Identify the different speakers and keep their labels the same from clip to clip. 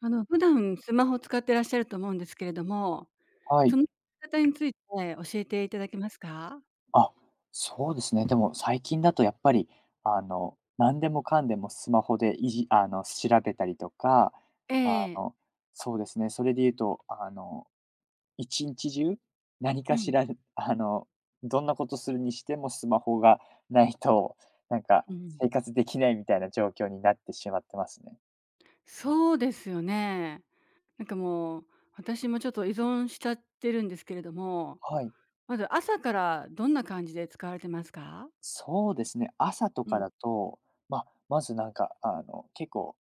Speaker 1: 普段スマホ使ってらっしゃると思うんですけれども、
Speaker 2: はい。
Speaker 1: その使い方について教えていただけますか？
Speaker 2: あ、そうですね。でも最近だとやっぱり、何でもかんでもスマホでいじあの、調べたりとか、
Speaker 1: え
Speaker 2: あ
Speaker 1: え。
Speaker 2: の、そうですね、それで言うと、一日中、何
Speaker 1: う
Speaker 2: かし
Speaker 1: ん、
Speaker 2: ら、あの、どんなことするにしてもスマホがないと、なんか
Speaker 1: うん。
Speaker 2: 生活できないみたいな状況になってしまってますね。
Speaker 1: そうですよね。なんかもう、私もちょっと依存しちゃってるんですけれども、
Speaker 2: はい。
Speaker 1: まず朝からどんな感じで使われてますか？
Speaker 2: そうですね、朝と
Speaker 1: う
Speaker 2: か
Speaker 1: ん、
Speaker 2: だと、まあ、まずなんか、結構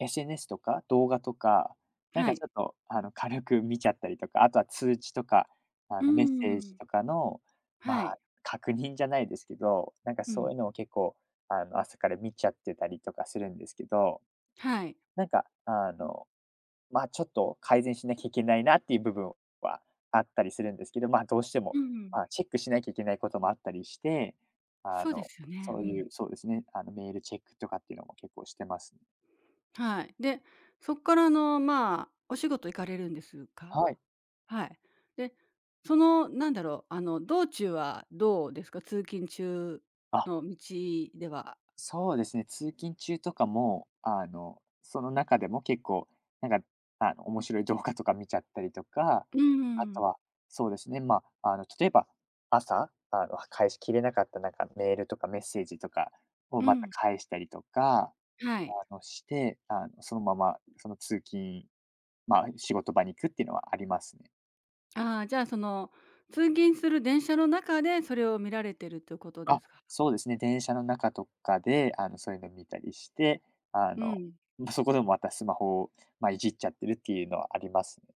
Speaker 2: SNS とか動画とか、なん
Speaker 1: は
Speaker 2: か
Speaker 1: い。
Speaker 2: ちょっと、軽く見ちゃったりとか、あとは通知とか、
Speaker 1: うー
Speaker 2: メッセージ
Speaker 1: ん。
Speaker 2: とかの、ま
Speaker 1: は
Speaker 2: あ、
Speaker 1: い。
Speaker 2: 確認じゃないですけど、なんか
Speaker 1: う
Speaker 2: そう
Speaker 1: ん。
Speaker 2: いうのを結構、朝から見ちゃってたりとかするんですけど、
Speaker 1: はい。
Speaker 2: なんか、まあ、ちょっと改善しなきゃいけないなっていう部分はあったりするんですけど、まあ、どうしても、
Speaker 1: うん。
Speaker 2: まあ、チェックしなきゃいけないこともあったりして、あ
Speaker 1: そうで
Speaker 2: の、
Speaker 1: すよね。
Speaker 2: そ
Speaker 1: う
Speaker 2: うい
Speaker 1: ん。
Speaker 2: う、そうですね、メールチェックとかっていうのも結構してますね。
Speaker 1: はい。で、そっからまあ、お仕事行かれるんですか？
Speaker 2: はい。
Speaker 1: はい。で、そのなんだろう、あの道中はどうですか？通勤中
Speaker 2: あ
Speaker 1: の道では。
Speaker 2: そうですね、通勤中とかも、その中でも結構、なんか、面白い動画とか見ちゃったりとか、
Speaker 1: う
Speaker 2: あと
Speaker 1: ん、
Speaker 2: は、そうですね、まあ、例えば、朝、返しきれなかったなんかメールとかメッセージとかを
Speaker 1: う
Speaker 2: また
Speaker 1: ん、
Speaker 2: 返したりとか、
Speaker 1: はい。
Speaker 2: して、そのまま、その通勤、まあ、仕事場に行くっていうのはありますね。
Speaker 1: ああ、じゃあ、その通勤する電車の中でそれを見られてるということで
Speaker 2: あ、
Speaker 1: すか？
Speaker 2: そうですね、電車の中とかで、そういうの見たりして、あ
Speaker 1: う
Speaker 2: の、
Speaker 1: ん。
Speaker 2: ま、そこでもまたスマホを、ま、いじっちゃってるっていうのはありますね。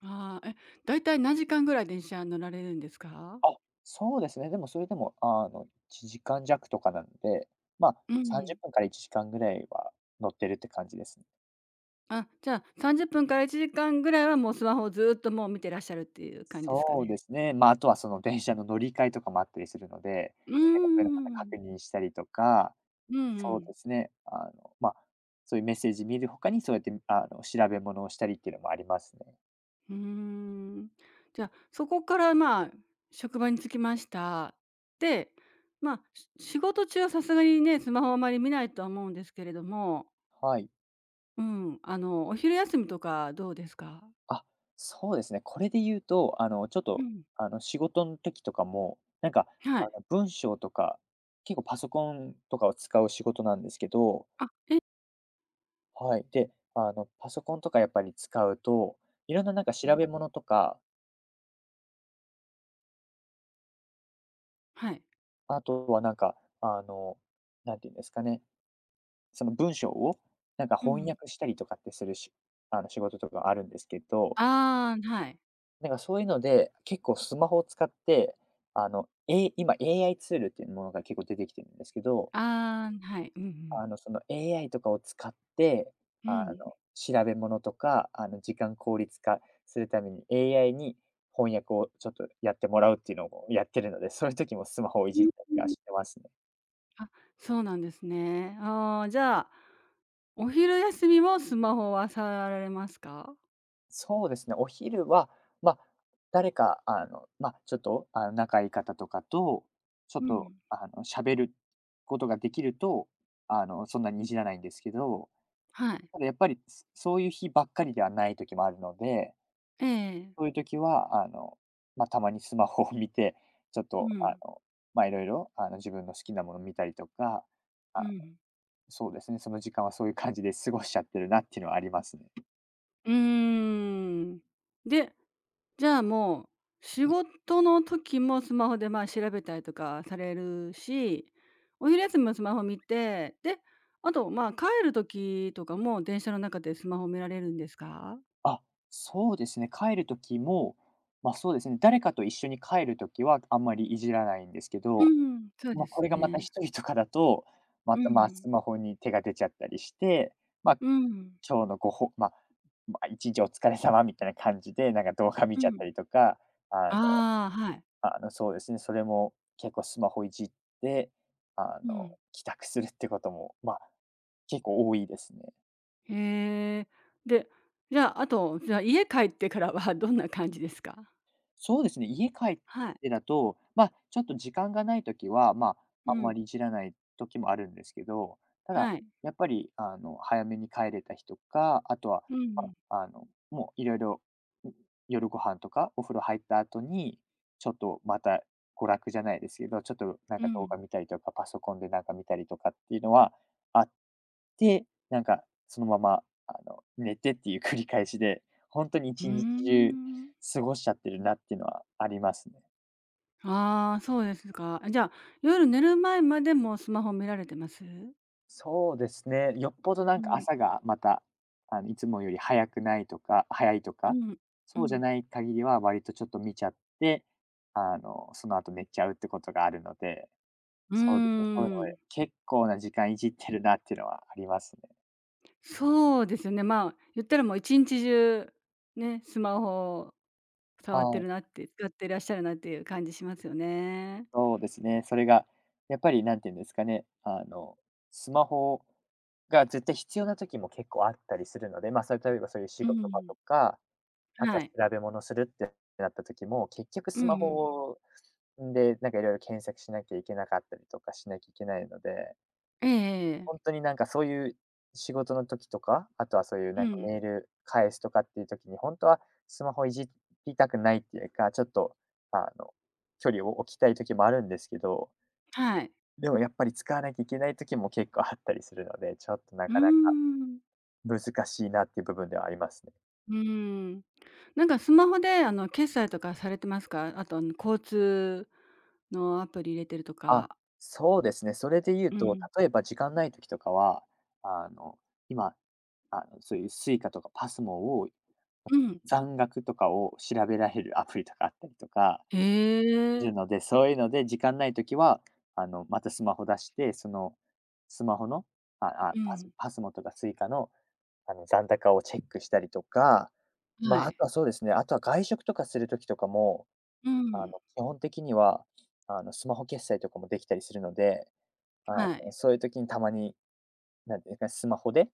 Speaker 1: ああ、え、だいたい何時間ぐらい電車乗られるんですか？
Speaker 2: あ、そうですね、でもそれでも、1時間弱とかなので、ま、
Speaker 1: うん。
Speaker 2: 30分から1時間ぐらいは乗ってるって感じですね。
Speaker 1: あ、じゃあ、30分から1時間ぐらいはもうスマホをずっともう見てらっしゃるっていう感じですか
Speaker 2: そうで
Speaker 1: ね。
Speaker 2: すね、ま、あとはその電車の乗り換えとかもあったりするので、
Speaker 1: うー
Speaker 2: なんかそういうのまた
Speaker 1: ん。
Speaker 2: 確認したりとか、
Speaker 1: うんう
Speaker 2: そう
Speaker 1: ん。
Speaker 2: ですね、ま、そういうメッセージ見る他にそうやって、調べ物をしたりっていうのもありますね。
Speaker 1: うーん。じゃあ、そこからまあ、職場に着きました。で、まあ、仕事中はさすがにね、スマホはあまり見ないとは思うんですけれども、
Speaker 2: はい。
Speaker 1: うん、お昼休みとかどうですか？
Speaker 2: あ、そうですね。これで言うと、ちょっ
Speaker 1: う
Speaker 2: と、
Speaker 1: ん、
Speaker 2: 仕事の時とかも、なんか、
Speaker 1: はい。
Speaker 2: 文章とか、結構パソコンとかを使う仕事なんですけど、
Speaker 1: あ、
Speaker 2: はい。で、パソコンとかやっぱり使うと、いろんななんか
Speaker 1: う
Speaker 2: 調
Speaker 1: ん、
Speaker 2: べ物とか、
Speaker 1: はい。
Speaker 2: あとはなんか、なんていうんですかね、その文章をなんか
Speaker 1: う
Speaker 2: 翻
Speaker 1: ん。
Speaker 2: 訳したりとかってするし、あの仕事とかあるんですけど、
Speaker 1: ああ、はい。
Speaker 2: なんかそういうので、結構スマホを使って、今 AI ツールっていうものが結構出てきてるんですけど、
Speaker 1: ああ、はい。うんうん。
Speaker 2: その AI とかを使って、
Speaker 1: うん。
Speaker 2: 調べ物とか、時間効率化するために AI に翻訳をちょっとやってもらうっていうのをやってるので、そういう時もスマホをい
Speaker 1: う
Speaker 2: じ
Speaker 1: ん
Speaker 2: ったり
Speaker 1: う
Speaker 2: は
Speaker 1: ん。
Speaker 2: してますね。
Speaker 1: あ、そうなんですね。ああ、じゃあ、お昼休みもスマホは触られますか？
Speaker 2: そうですね、お昼は、まあ、誰か、まあ、ちょっと、仲いい方とかと、ちょ
Speaker 1: う
Speaker 2: っと、
Speaker 1: ん。
Speaker 2: 喋ることができると、そんなにいじらないんですけど、
Speaker 1: はい。
Speaker 2: ただやっぱり、そういう日ばっかりではない時もあるので、
Speaker 1: ええ。
Speaker 2: そういう時は、まあ、たまにスマホを見て、ちょっ
Speaker 1: う
Speaker 2: と、
Speaker 1: ん。
Speaker 2: まあ、いろいろ、自分の好きなもの見たりとか、
Speaker 1: う
Speaker 2: あ、
Speaker 1: ん。
Speaker 2: そうですね、その時間はそういう感じで過ごしちゃってるなっていうのはありますね。
Speaker 1: うーん。で、じゃあもう、仕事の時もスマホで、ま、調べたりとかされるし、お昼休みもスマホ見て、で、あと、ま、帰る時とかも電車の中でスマホ見られるんですか？
Speaker 2: あ、そうですね。帰る時も、ま、そうですね、誰かと一緒に帰る時はあんまりいじらないんですけ
Speaker 1: う
Speaker 2: ど、
Speaker 1: ん、そうで
Speaker 2: ま、こ
Speaker 1: す
Speaker 2: れがまた
Speaker 1: ね。
Speaker 2: 一人とかだと、ま
Speaker 1: う
Speaker 2: た、ま、
Speaker 1: ん、
Speaker 2: スマホに手が出ちゃったりして、ま、
Speaker 1: うん、
Speaker 2: 今日のごほまあまあ、一日お疲れ様みたいな感じで、なんか動画見
Speaker 1: う
Speaker 2: ちゃった
Speaker 1: ん。
Speaker 2: りとか、あの
Speaker 1: ああ、はい。
Speaker 2: そうですね、それも結構スマホいじって、
Speaker 1: うん。
Speaker 2: 帰宅するってことも、ま、結構多いですね。
Speaker 1: へえ。で、じゃあ、あと、じゃあ、家帰ってからは どんな感じですか？
Speaker 2: そうですね、家帰っ
Speaker 1: はい。
Speaker 2: てだと、まあ、ちょっと時間がないときは、ま
Speaker 1: う
Speaker 2: あ、あんま
Speaker 1: ん。
Speaker 2: りいじらないときもあるんですけど、ただ、
Speaker 1: はい。
Speaker 2: やっぱり、早めに帰れた日とか、あとは、
Speaker 1: う
Speaker 2: ま、
Speaker 1: ん。
Speaker 2: もういろいろん、夜ご飯とかお風呂入った後に、ちょっとまた娯楽じゃないですけど、ちょっとなん
Speaker 1: う
Speaker 2: か動
Speaker 1: ん。
Speaker 2: 画見たりとか、パソコンでなんか見たりとかっていうのはあって、なんかそのまま、寝てっていう繰り返しで、本当に
Speaker 1: うー
Speaker 2: 一日中
Speaker 1: ん。
Speaker 2: 過ごしちゃってるなっていうのはありますね。
Speaker 1: ああ、そうですか。じゃあ、夜寝る前までもスマホ見られてます？
Speaker 2: そうですね。よっぽどな
Speaker 1: う
Speaker 2: んか
Speaker 1: ん、
Speaker 2: 朝がまた、いつもより早くないとか早いと
Speaker 1: う
Speaker 2: か、
Speaker 1: ん、う
Speaker 2: そうじゃ
Speaker 1: ん。
Speaker 2: ない限りは割とちょっと見ちゃって、その後寝ちゃうってことがあるので、
Speaker 1: うー
Speaker 2: そうですね、そういうの
Speaker 1: ん。
Speaker 2: で、結構な時間いじってるなっていうのはありますね。
Speaker 1: そうですよね。まあ、言ったらもう一日中、ね、スマホ触って
Speaker 2: は
Speaker 1: るなっ
Speaker 2: い、
Speaker 1: て、使ってらっしゃるなっていう感じしますよね。
Speaker 2: そうですね。それがやっぱりなんていうんですかね、スマホが絶対必要な時も結構あったりするので、まあ、それ例えばそういう仕
Speaker 1: う
Speaker 2: 事場
Speaker 1: ん。
Speaker 2: とか朝
Speaker 1: は
Speaker 2: 調
Speaker 1: い。
Speaker 2: べ物するってなった時も、結局
Speaker 1: うん
Speaker 2: ス
Speaker 1: う
Speaker 2: マ
Speaker 1: ん。
Speaker 2: ホで、なんかいろいろ検索しなきゃいけなかったりとかしなきゃいけないので、
Speaker 1: ええええ。
Speaker 2: ほんとになんかそういう仕事の時とか、あとはそういう
Speaker 1: う
Speaker 2: なんか
Speaker 1: ん。
Speaker 2: メール返すとかっていう時に、ほんとはスマホいじりたくないっていうか、ちょっとあの、距離を置きたい時もあるんですけど、
Speaker 1: はい。
Speaker 2: でもやっぱり使わなきゃいけない時も結構あったりするので、ちょっとな
Speaker 1: うー
Speaker 2: かなか
Speaker 1: ん。
Speaker 2: 難しいなっていう部分ではありますね。
Speaker 1: うーん。なんかスマホで、決済とかされてますか？あと、交通のアプリ入れてると
Speaker 2: あ、
Speaker 1: か。
Speaker 2: そうですね。それで言う
Speaker 1: う
Speaker 2: と、
Speaker 1: ん。
Speaker 2: 例えば時間ない時とかは、あの、今、そういうスイカとかパスモを
Speaker 1: うん。
Speaker 2: 残額とかを調べられるアプリとかあったりとかす
Speaker 1: え
Speaker 2: る
Speaker 1: え。
Speaker 2: ので、そういうので時間ない時は、またスマホ出して、そのスマホの、
Speaker 1: う
Speaker 2: パス
Speaker 1: ん。
Speaker 2: パスモとかスイカの、残高をチェックしたりとか、
Speaker 1: は
Speaker 2: まあ、あ
Speaker 1: い。
Speaker 2: とはそうですね、あとは外食とかする時とかも、
Speaker 1: うん。
Speaker 2: 基本的には、スマホ決済とかもできたりするので、
Speaker 1: はい。
Speaker 2: そういう時にたまに、なんていうんですか、スマホで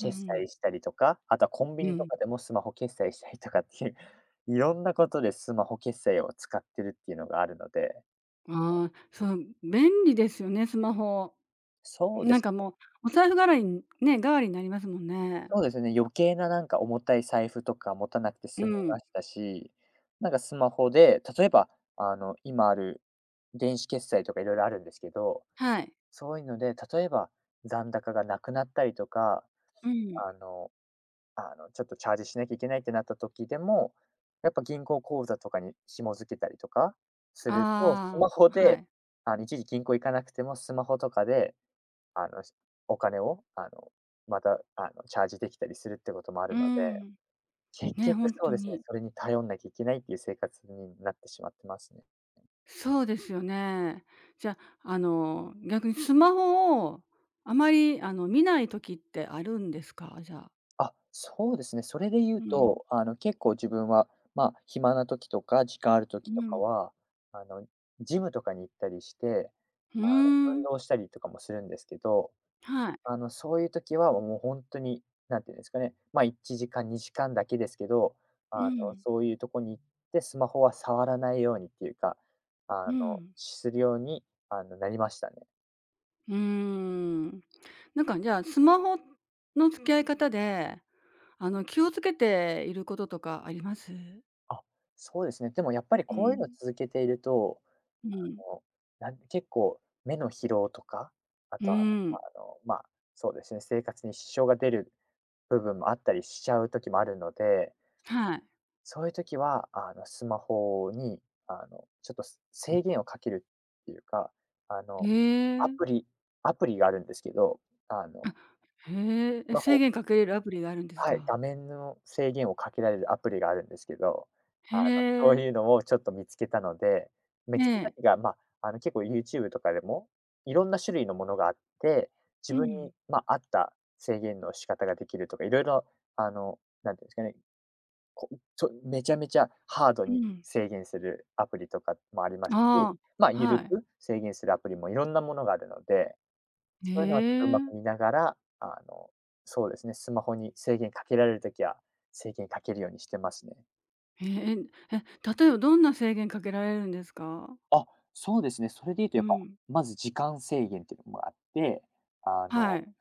Speaker 1: うんうん。
Speaker 2: 済したりとか、あとはコンビ
Speaker 1: う
Speaker 2: ニと
Speaker 1: ん。
Speaker 2: かでもスマホ決済したりとかっていう、いろんなことでスマホ決済を使ってるっていうのがあるので、
Speaker 1: ああ、そう、便利ですよね、スマホ。
Speaker 2: そうで
Speaker 1: なん
Speaker 2: す
Speaker 1: か
Speaker 2: ね
Speaker 1: もう、お財布代わりにね、代わりになりますもんね。
Speaker 2: そうですね、余計ななんか重たい財布とか持たなくて
Speaker 1: う
Speaker 2: 済みま
Speaker 1: ん。
Speaker 2: したし、なんかスマホで、例えば、今ある電子決済とかいろいろあるんですけど、
Speaker 1: はい。
Speaker 2: そういうので、例えば残高がなくなったりとか、
Speaker 1: うん。
Speaker 2: あのちょっとチャージしなきゃいけないってなった時でも、やっぱ銀行口座とかに紐付けたりとかすると、ス
Speaker 1: あ
Speaker 2: マ
Speaker 1: あ、
Speaker 2: ホ
Speaker 1: は
Speaker 2: で、
Speaker 1: い。
Speaker 2: 一時銀行行かなくてもスマホとかで、あの、しお金を、また、チャージできたりするってこともあ
Speaker 1: う
Speaker 2: るので、
Speaker 1: ん。
Speaker 2: 結
Speaker 1: ね、ほ
Speaker 2: 局
Speaker 1: ん
Speaker 2: そう
Speaker 1: と
Speaker 2: ですね、
Speaker 1: に。
Speaker 2: それに頼んなきゃいけないっていう生活になってしまってますね。
Speaker 1: そうですよね。じゃあ、逆にスマホをあまり、見ない時ってあるんですか？じゃあ。
Speaker 2: あ、そうですね。それで言
Speaker 1: う
Speaker 2: う
Speaker 1: ん。
Speaker 2: と、結構自分は、まあ、暇な時とか、時間ある
Speaker 1: う
Speaker 2: 時とか
Speaker 1: ん。
Speaker 2: は、あの、ジムとかに行ったりして、
Speaker 1: う
Speaker 2: あの、
Speaker 1: ー
Speaker 2: 運
Speaker 1: ん。
Speaker 2: 動したりとかもするんですけど、
Speaker 1: はい。
Speaker 2: そういう時はもう本当に、なんていうんですかね、まあ、1時間、2時間だけですけど、あ
Speaker 1: う
Speaker 2: の、
Speaker 1: ん。
Speaker 2: そういうとこに行って、スマホは触らないようにっていうか、
Speaker 1: うん。
Speaker 2: するように、なりましたね。
Speaker 1: うーん。なんか、じゃあ、スマホの付き合い方で、気をつけていることとかあります？
Speaker 2: あ、そうですね。でもやっぱり
Speaker 1: う
Speaker 2: こういうの
Speaker 1: ん。
Speaker 2: 続けていると、
Speaker 1: うん。
Speaker 2: もう、結構目の疲労とか、あ
Speaker 1: う
Speaker 2: とは、
Speaker 1: ーん。
Speaker 2: まあ、そうですね、生活に支障が出る部分もあったりしちゃう時もあるので、
Speaker 1: はい。
Speaker 2: そういう時は、スマホに、ちょっと、制限をかけるっていうか、あ
Speaker 1: へ
Speaker 2: の、ア
Speaker 1: え。
Speaker 2: プリアプリがあるんですけど、あの、
Speaker 1: あ、へえ。
Speaker 2: ス
Speaker 1: え、
Speaker 2: マ
Speaker 1: 制
Speaker 2: ホ
Speaker 1: 限かけれるアプリがあるんです
Speaker 2: はい、画
Speaker 1: か？
Speaker 2: 面の制限をかけられるアプリがあるんですけど、
Speaker 1: へ
Speaker 2: あの、そう
Speaker 1: え。
Speaker 2: いうのをちょっと見つけたので、見
Speaker 1: え
Speaker 2: つけた
Speaker 1: え。
Speaker 2: 時が、まあ、結構 YouTube とかでも、いろんな種類のものがあって、
Speaker 1: う
Speaker 2: 自分
Speaker 1: ん、
Speaker 2: に、まあ、合った制限の仕方ができるとか、いろいろ、なんていうんですかね、こちょめちゃめちゃハード
Speaker 1: う
Speaker 2: に
Speaker 1: ん。
Speaker 2: 制限するアプリとかもありますし、
Speaker 1: ああ、
Speaker 2: まあ、ゆる
Speaker 1: はい。
Speaker 2: く制限するアプリもいろんなものがあるので、
Speaker 1: へ
Speaker 2: そういうのはちょっとうまく
Speaker 1: え。
Speaker 2: 見ながら、そうですね、スマホに制限かけられるときは、制限かけるようにしてますね。
Speaker 1: へえ、え、例えばどんな制限かけられるんですか？
Speaker 2: あ、そうですね。それで言うと
Speaker 1: う
Speaker 2: やっぱ、
Speaker 1: ん。
Speaker 2: まず時間制限っていうのもあって、あ
Speaker 1: は
Speaker 2: の、
Speaker 1: い。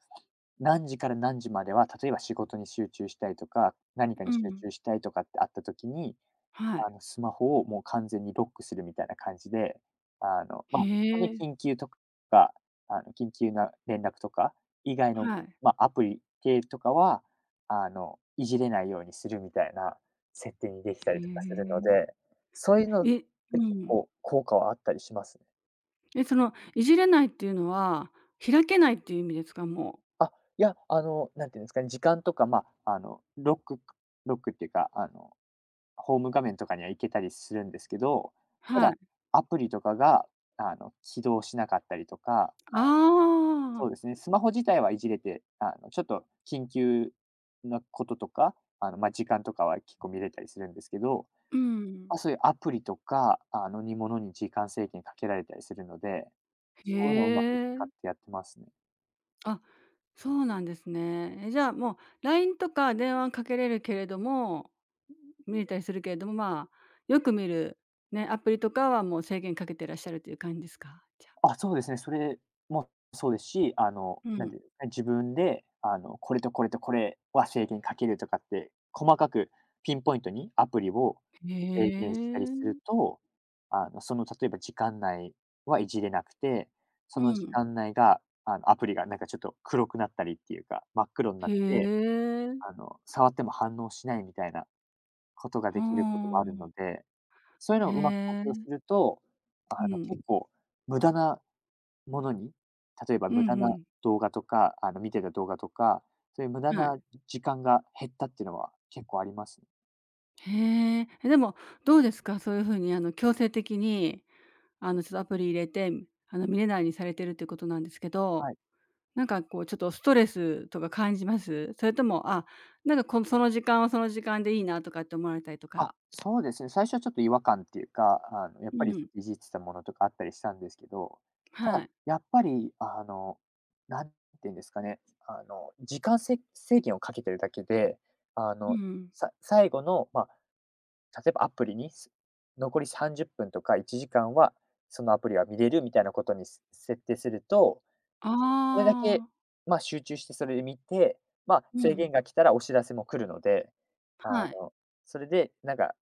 Speaker 2: 何時から何時までは、例えば仕事に集中したいとか、何か
Speaker 1: う
Speaker 2: に集
Speaker 1: ん。
Speaker 2: 中したいとかってあった時に、
Speaker 1: はい。
Speaker 2: スマホをもう完全にロックするみたいな感じで、あの、
Speaker 1: へ
Speaker 2: ま、ほんで
Speaker 1: え、
Speaker 2: 緊急とか、緊急な連絡とか以外の、
Speaker 1: はい。
Speaker 2: ま、アプリ系とかは、いじれないようにするみたいな設定にできた
Speaker 1: へ
Speaker 2: りとかするの
Speaker 1: え。
Speaker 2: で、そういうのっ
Speaker 1: え、う
Speaker 2: て結
Speaker 1: ん。
Speaker 2: 構効果はあったりしますね。
Speaker 1: え、その、いじれないっていうのは、開けないっていう意味ですか？もう。
Speaker 2: あ、いや、なんていうんですかね、時間とか、ま、ロックっていうか、ホーム画面とかには行けたりするんですけど、た
Speaker 1: は
Speaker 2: だ、
Speaker 1: い。
Speaker 2: アプリとかが、起動しなかったりとか、
Speaker 1: ああ。
Speaker 2: そうですね、スマホ自体はいじれて、ちょっと緊急なこととか、まあ、時間とかは結構見れたりするんですけど、
Speaker 1: う
Speaker 2: ま
Speaker 1: ん。
Speaker 2: あ、そういうアプリとか、ものに時間制限かけられたりするので、
Speaker 1: へ
Speaker 2: そういうのをうまく使っ
Speaker 1: え。
Speaker 2: てやってますね。
Speaker 1: あ、そうなんですね。え、じゃあ、もう LINE とか電話かけれるけれども、見れたりするけれども、まあ、よく見る、ね、アプリとかはもう制限かけてらっしゃるという感じですか？じゃあ。
Speaker 2: あ、そうですね。それもそうですし、
Speaker 1: う
Speaker 2: なん
Speaker 1: ん。
Speaker 2: ていうかね、自分で、これとこれとこれは制限かけるとかって、細かくピンポイントにアプリを
Speaker 1: へ
Speaker 2: 制限したりする
Speaker 1: え。
Speaker 2: と、その例えば時間内はいじれなくて、そ
Speaker 1: う
Speaker 2: の時
Speaker 1: ん。
Speaker 2: 間内が、アプリがなんかちょっと黒くなったりっていうか、真っ黒にな
Speaker 1: へ
Speaker 2: って、
Speaker 1: え。
Speaker 2: 触っても反応しないみたいなことが
Speaker 1: は
Speaker 2: できることもあるの
Speaker 1: あ。
Speaker 2: で、そういうのをうまく活
Speaker 1: へ
Speaker 2: 用す
Speaker 1: え。
Speaker 2: ると、
Speaker 1: うん。
Speaker 2: 結構無駄なものに、例えば
Speaker 1: うんう
Speaker 2: 無駄な
Speaker 1: ん。
Speaker 2: 動画とか、見てた動画とか、そういう無駄
Speaker 1: はい。
Speaker 2: な時間が減ったっていうのは結構あります？
Speaker 1: へえ。え、でも、どうですか？そういう風にあの、強制的に、ちょっとアプリ入れて、見れないようにされてるってことなんですけど、
Speaker 2: はい。
Speaker 1: なんかこうちょっとストレスとか感じます？それとも、あ、なんかこの、その時間はその時間でいいなとかって思われたりと
Speaker 2: あ、
Speaker 1: か。
Speaker 2: そうですね。最初はちょっと違和感っていうか、やっ
Speaker 1: う
Speaker 2: ぱりず
Speaker 1: ん、
Speaker 2: っといじってたものとかあったりしたんですけど、ただ、
Speaker 1: はい。
Speaker 2: やっぱり、何て言うんですかね、時間せ制限をかけてるだけで、あ
Speaker 1: う
Speaker 2: の、
Speaker 1: ん。
Speaker 2: 最後の、まあ、例えばアプリに、残り30分とか1時間は、そのアプリは見れるみたいなことに、設定すると、
Speaker 1: あ
Speaker 2: それだけ、
Speaker 1: あ、
Speaker 2: まあ、集中してそれで見て、まあ、
Speaker 1: う
Speaker 2: 制限
Speaker 1: ん、
Speaker 2: が来たらお知らせも来るので、あ
Speaker 1: はい。
Speaker 2: の、それでなんか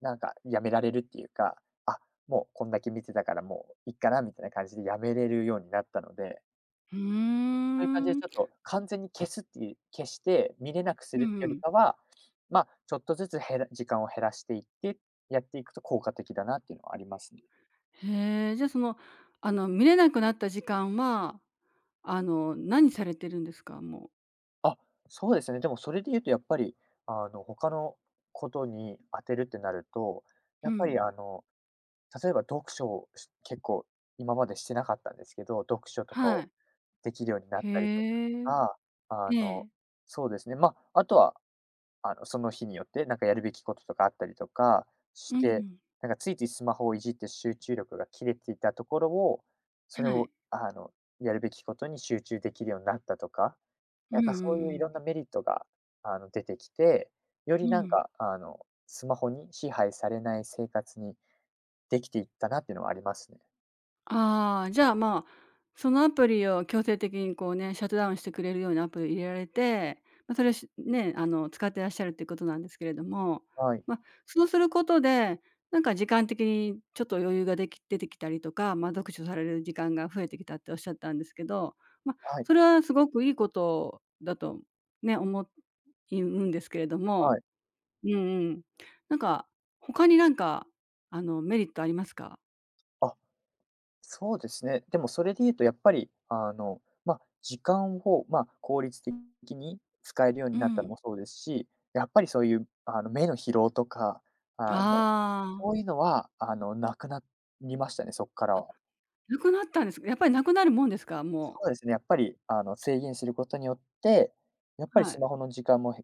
Speaker 2: やめられるっていうか、あ、もうこんだけ見てたからもういっかなみたいな感じでやめれるようになったので、
Speaker 1: うー
Speaker 2: そういう感じで
Speaker 1: ん。
Speaker 2: ちょっと完全に消すっていう消して見れなくす
Speaker 1: う
Speaker 2: るっ
Speaker 1: ん
Speaker 2: てよ
Speaker 1: う
Speaker 2: り
Speaker 1: ん。
Speaker 2: かは、まあ、ちょっとずつ時間を減らしていって、やっていくと効果的だなっていうのはありますね。
Speaker 1: へえ、じゃあその、見れなくなった時間は、何されてるんですか？もう。
Speaker 2: あ、そうですね。でもそれで言うとやっぱり、他のことに当てるってなると、
Speaker 1: う
Speaker 2: やっぱ
Speaker 1: ん。
Speaker 2: り例えば読書をし結構今までしてなかったんですけど、読書とか
Speaker 1: は
Speaker 2: を
Speaker 1: い。
Speaker 2: できるようになっ
Speaker 1: へ
Speaker 2: たりと
Speaker 1: え。
Speaker 2: か、あ
Speaker 1: え
Speaker 2: の、
Speaker 1: え。
Speaker 2: そうですね、まあ、あとはその日によって、なんかやるべきこととかあったりとか
Speaker 1: う
Speaker 2: し
Speaker 1: んう
Speaker 2: て、
Speaker 1: ん。
Speaker 2: なんかついついスマホをいじって集中力が切れていたところを、それ
Speaker 1: は
Speaker 2: を
Speaker 1: い。
Speaker 2: やるべきことに集中できるようになったとか、
Speaker 1: う
Speaker 2: な
Speaker 1: ん
Speaker 2: ん
Speaker 1: うん
Speaker 2: か
Speaker 1: う
Speaker 2: そういうい
Speaker 1: ん。
Speaker 2: ろんなメリットが、出てきて、よ
Speaker 1: う
Speaker 2: りなん
Speaker 1: ん。
Speaker 2: かスマホに支配されない生活にできていったなっていうのはありますね。
Speaker 1: ああ、じゃあ、まあ、そのアプリを強制的にこうね、シャットダウンしてくれるようなアプリを入れられて、ま、それをね、使ってらっしゃるっていうことなんですけれども、
Speaker 2: はい、
Speaker 1: ま、そうすることで、なんか時間的にちょっと余裕が出てきたりとか、ま、読書される時間が増えてきたっておっしゃったんですけど、ま、
Speaker 2: はい、
Speaker 1: それはすごくいいことだとね、いうんですけれど
Speaker 2: は
Speaker 1: も、
Speaker 2: い。
Speaker 1: うんうん。なんか、他になんか、メリットありますか？
Speaker 2: あ、そうですね。でもそれで言うとやっぱり、まあ、時間を、まあ、効率的に使えるよう
Speaker 1: う
Speaker 2: になったの
Speaker 1: ん。
Speaker 2: もそうですし、やっぱりそういう、目の疲労とか、あの、
Speaker 1: あ
Speaker 2: そう
Speaker 1: あ。
Speaker 2: いうのは、なくなりましたね、そこからは。
Speaker 1: なくなったんですか？やっぱりなくなるもんですか？
Speaker 2: そ
Speaker 1: もう。
Speaker 2: うですね、やっぱり、制限することによって、やっぱり
Speaker 1: は
Speaker 2: ス
Speaker 1: い。
Speaker 2: マホの時間も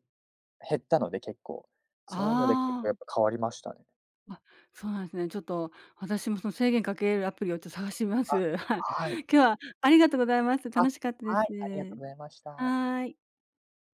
Speaker 2: 減ったので、結構。そういうので結構
Speaker 1: あ
Speaker 2: や
Speaker 1: あ、
Speaker 2: っぱ変わりましたね。
Speaker 1: あ、そうなんですね。ちょっと私もその制限かけるアプリをちょっと探してみま
Speaker 2: あ、
Speaker 1: す。はい。
Speaker 2: はい。
Speaker 1: 今日はありがとうございます。
Speaker 2: あ、
Speaker 1: 楽しかったで
Speaker 2: はい、ありがと
Speaker 1: す。
Speaker 2: うございまし
Speaker 1: は
Speaker 2: た。
Speaker 1: ーい。